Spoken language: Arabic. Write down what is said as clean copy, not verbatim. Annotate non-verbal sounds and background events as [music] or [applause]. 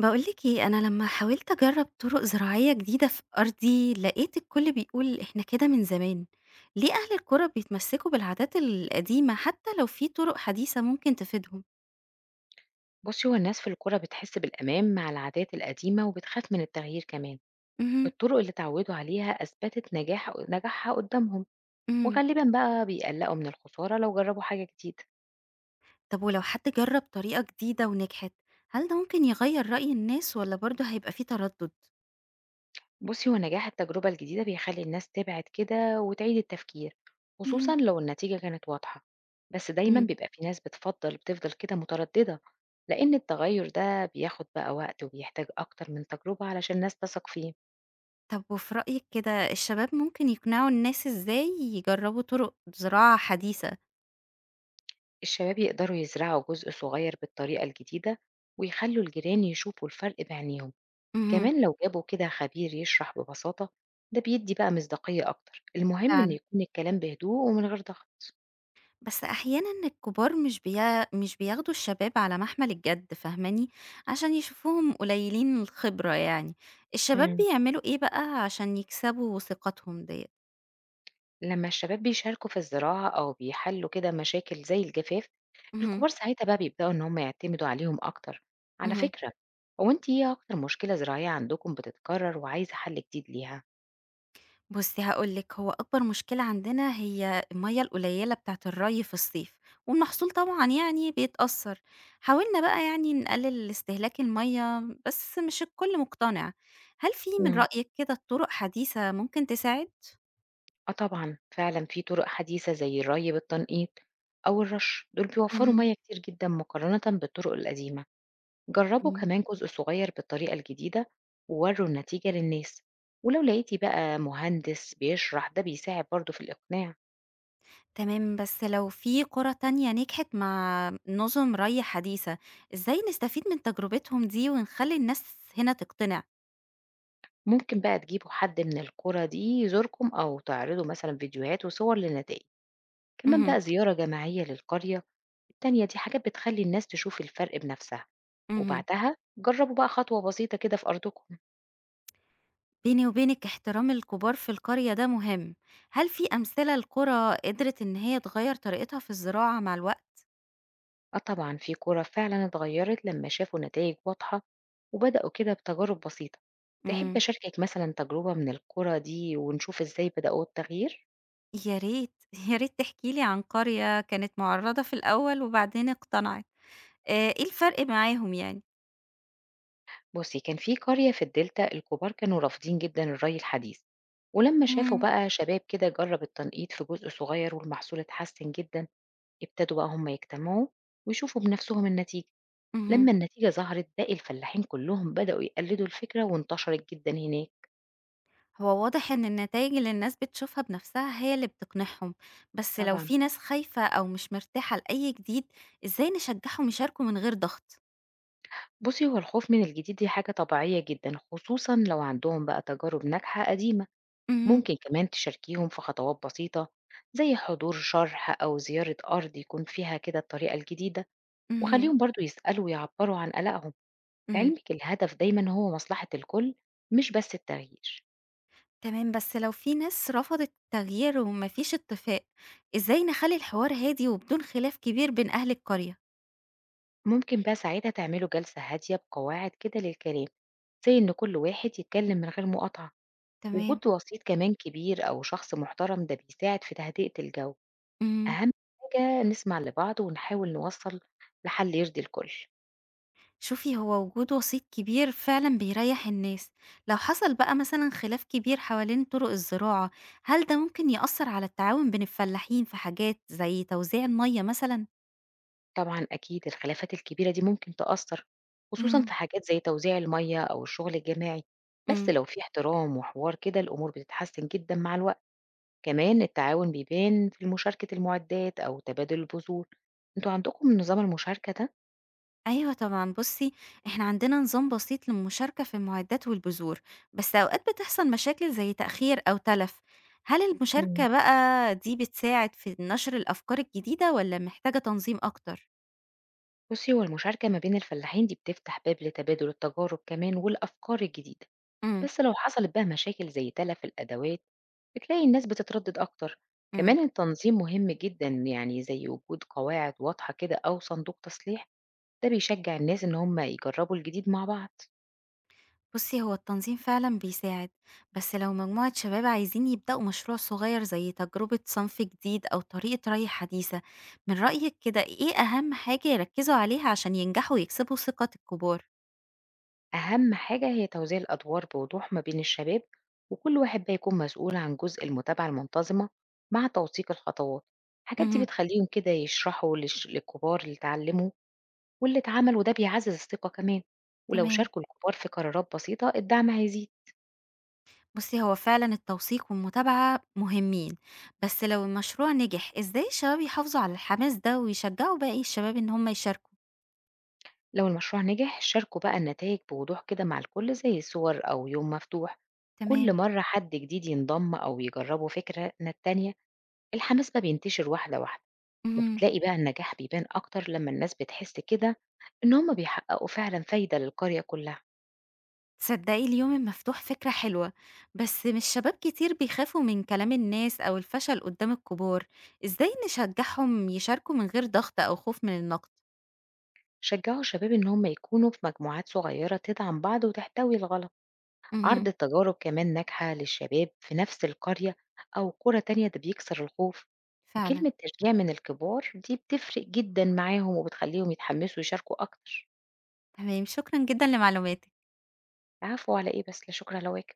باقول لِك إيه، أنا لمّا حاولت أجرّب طُرق زراعية جديدة في أرضي، لقيت الكل بيقول إحنا كده من زمان، ليه أهل القرى بيتمسكوا بالعادات القديمة حتى لو في طُرق حديثة ممكن تفيدهم؟ بصي، هو الناس في القرى بتحس بالأمان مع العادات القديمة وبتخاف من التغيير كمان. اهم، الطرق اللي اتعودوا عليها أثبتت نجاحها قدامهم، إمم، وغالبا بقى بيقلقوا من الخسارة لو جربوا حاجة جديدة. طب ولو حد جرّب طريقة جديدة ونجحت، هل ده ممكن يغيّر رأي الناس والّا برضه هيبقى في تردد؟ بصي، هو نجاح التجربة الجديدة بيخلي الناس تبعد كده وتعيد التفكير، اهم، خصوصا لو النتيجة كانت واضحة. بس دايما إمم، بيبقى في ناس بتفضل كده مترددة، لأن التغير ده بياخد بقى وقت وبيحتاج أكتر من تجربة علشان الناس تثق فيه. طب وفي رأيِك كده الشباب ممكن يقنعوا الناس إزاي يجرّبوا طُرق زراعة حديثة؟ الشباب يقدروا يزرعوا جزء صغير بالطريقة الجديدة ويخلوا الجيران يشوفوا الفرق بعينيهم. اهم. كمان لو جابوا كده خبير يشرح ببساطة، ده بيدي بقى مصداقية أكتر. المهم إن فعلًا. يكون الكلام بهدوء ومن غير ضغط. بس أحيانًا الكبار مش بياخدوا الشباب على محمل الجد فاهماني، عشان يشوفوهم قليلين الخبرة يعني، الشباب مم. بيعملوا إيه بقى عشان يكسبوا ثقتهم ديّة؟ لما الشباب بيشاركوا في الزراعة أو بيحلوا كده مشاكل زي الجفاف، اهم، الكبار ساعتها بقى بيبدأوا إن هم يعتمدوا عليهم أكتر، على اهم، فكرة. هو أنت إيه أكتر مشكلة زراعية عندكم بتتكرر وعايزة حل جديد ليها؟ بُصّي هاقول لِك هو أكبر مشكلة عندنا هي المَيّة القليلة بتاعة الري في الصيف، والمحصول طبعًا يعني بيتأثّر، حاولنا بقى يعني نقلل استهلاك المَيّة بس مش الكل مقتنع، هل في من رأيِك كده طرق حديثة ممكن تساعد؟ آه طبعًا، فعلًا في طرق حديثة زي الري بالتنقيط أو الرش، دول بيوفّروا اهم، مَيّة كتير جدًا مقارنةً بالطرق القديمة. جرّبوا إمم. كمان جزء صغير بالطريقة الجديدة وورّوا النتيجة للناس، ولو لقيتِ بقى مهندس بيشرح ده بيساعد برضه في الإقناع. تمام، بس لو في قرى تانية نجحت مع نظم ري حديثة، إزاي نستفيد من تجربتهم دي ونخلّي الناس هنا تقتنع؟ ممكن بقى تجيبوا حد من القرى دي يزوركم أو تعرضوا مثلًا فيديوهات وصور للنتائج. كمان اهم، بقى زيارة جماعية للقرية التانية، دي حاجات بتخلّي الناس تشوف الفرق بنَفْسها، اهم. وبعدها جرّبوا بقى خطوة بسيطة كده في أرضكم. بيني وبينِك احترام الكبار في القرية ده مهم. هل في أمثلة لقرى قدرت إن هي تغيّر طريقتها في الزراعة مع الوقت؟ آه طبعًا، في كورة فعلًا اتغيّرت لمّا شافوا نتايج واضحة وبدأوا كده بتجارب بسيطة. تحب إمم. أشاركك مثلًا تجربة من الكورة دي ونشوف إزاي بدأوا التغيير؟ يا ريت، [laughs] يا ريت تحكي لي عن قرية كانت مُعرّضة في الأول وبعدين اقتنعت. إيه الفرق معاهم يعني؟ بُصّي، كان في قرية في الدلتا الكبار كانوا رافضين جدًا الري الحديث، ولمّا شافوا إمم، بقى شباب كده جرّب التنقيط في جزء صغير والمحصول اتحسن جدًا، ابتدوا بقى هم يجتمعوا ويشوفوا بنفسهم النتيجة. اهم. لمّا النتيجة ظهرت باقي الفلاحين كلّهم بدأوا يقلدوا الفكرة وانتشرت جدًا هناك. هو واضح إن النتايج اللي الناس بتشوفها بنفسها هي اللي بتقنعهم، بس لو طبعًا. في ناس خايفة أو مش مرتاحة لأي جديد، إزاي نشجعهم يشاركوا من غير ضغط؟ بُصّي، هو الخوف من الجديد دي حاجة طبيعية جدًا، خصوصًا لو عندهم بقى تجارب ناجحة قديمة. اهم، ممكن كمان تشاركيهم في خطوات بسيطة زي حضور شرح أو زيارة أرض يكون فيها كده الطريقة الجديدة، اهم، وخلّيهم برضه يسألوا ويعبّروا عن قلقهم. إمم، لعلمِك الهدف دايمًا هو مصلحة الكل مش بس التغيير. تمام، بس لو في ناس رفضت التغيير ومفيش اتفاق، إزاي نخلي الحوار هادي وبدون خلاف كبير بين أهل القرية؟ ممكن بقى ساعتها تعملوا جلسة هادية بقواعد كده للكلام، زي إن كل واحد يتكلم من غير مقاطعة. تمام. وجود وسيط كمان كبير أو شخص محترم ده بيساعد في تهدئة الجو. إمم. أهم حاجة نسمع لبعض ونحاول نوصل لحل يرضي الكل. شوفي هو وجود وسيط كبير فعلا بيريح الناس، لو حصل بقى مثلا خلاف كبير حوالين طرق الزراعة، هل ده ممكن يأثر على التعاون بين الفلاحين في حاجات زي توزيع المية مثلا؟ طبعا أكيد الخلافات الكبيرة دي ممكن تأثر، خصوصا امم في حاجات زي توزيع المية أو الشغل الجماعي. بس امم لو في احترام وحوار كده الأمور بتتحسن جدا مع الوقت. كمان التعاون بيبان في مشاركة المعدات أو تبادل البذور. انتوا عندكم نظام المشاركة ده؟ ايوه طبعا، بصي احنا عندنا نظام بسيط للمشاركة في المعدات والبذور، بس اوقات بتحصل مشاكل زي تأخير او تلف، هل مم. المشاركة بقى دي بتساعد في نشر الأفكار الجديدة ولا محتاجة تنظيم أكتر؟ بصي، هو المشاركة ما بين الفلاحين دي بتفتح باب لتبادل التجارب كمان والأفكار الجديدة. امم بس لو حصلت بقى مشاكل زي تلف الأدوات بتلاقي الناس بتتردد أكتر. كمان امم التنظيم مهم جدا، يعني زي وجود قواعد واضحة كده أو صندوق تصليح، ده بيشجع الناس إن هم يجربوا الجديد مع بعض. بُصّي، هو التنظيم فعلًا بيساعد، بس لو مجموعة شباب عايزين يبدأوا مشروع صغير زي تجربة صنف جديد أو طريقة ري حديثة، من رأيِك كده إيه أهم حاجة يركّزوا عليها عشان ينجحوا ويكسبوا ثقة الكبار؟ أهم حاجة هي توزيع الأدوار بوضوح ما بين الشباب، وكل واحد بقى يكون مسؤول عن جزء، المتابعة المنتظمة مع توثيق الخطوات. الحاجات دي اهم، بتخليهم كده يشرحوا للكبار اللي اتعلموا واللي اتعمل، وده بيعزز الثقة كمان. ولو تمام. شاركوا الكبار في قرارات بسيطة الدعم هيزيد. بُصّي، هو فعلًا التوثيق والمتابعة مهمين، بس لو المشروع نجح، إزاي الشباب يحافظوا على الحماس ده ويشجعوا باقي الشباب إن هم يشاركوا؟ لو المشروع نجح شاركوا بقى النتائج بوضوح كده مع الكل، زي صور أو يوم مفتوح. كل تمام. مرة حد جديد ينضم أو يجربوا فكرة من التانية، الحماس بقى بينتشر واحدة واحدة. اهم. وبتلاقي بقى النجاح بيبان أكتر لما الناس بتحس كده إن هم بيحققوا فعلا فايدة للقرية كلها. تصدقي اليوم المفتوح فكرة حلوة، بس مش شباب كتير بيخافوا من كلام الناس أو الفشل قدام الكبار، إزاي نشجعهم يشاركوا من غير ضغط أو خوف من النقد؟ شجعوا الشباب إن هم يكونوا في مجموعات صغيرة تدعم بعض وتحتوي الغلط. عرض مهم. التجارب كمان ناجحة للشباب في نفس القرية أو قرى تانية ده بيكسر الخوف. فعلا. وكلمة تشجيع من الكبار دي بتفرق جدًا معاهم وبتخلّيهم يتحمّسوا ويشاركوا أكتر. تمام، شكرا جدا لمعلوماتك. العفو على إيه بس، لا شكر على واجب.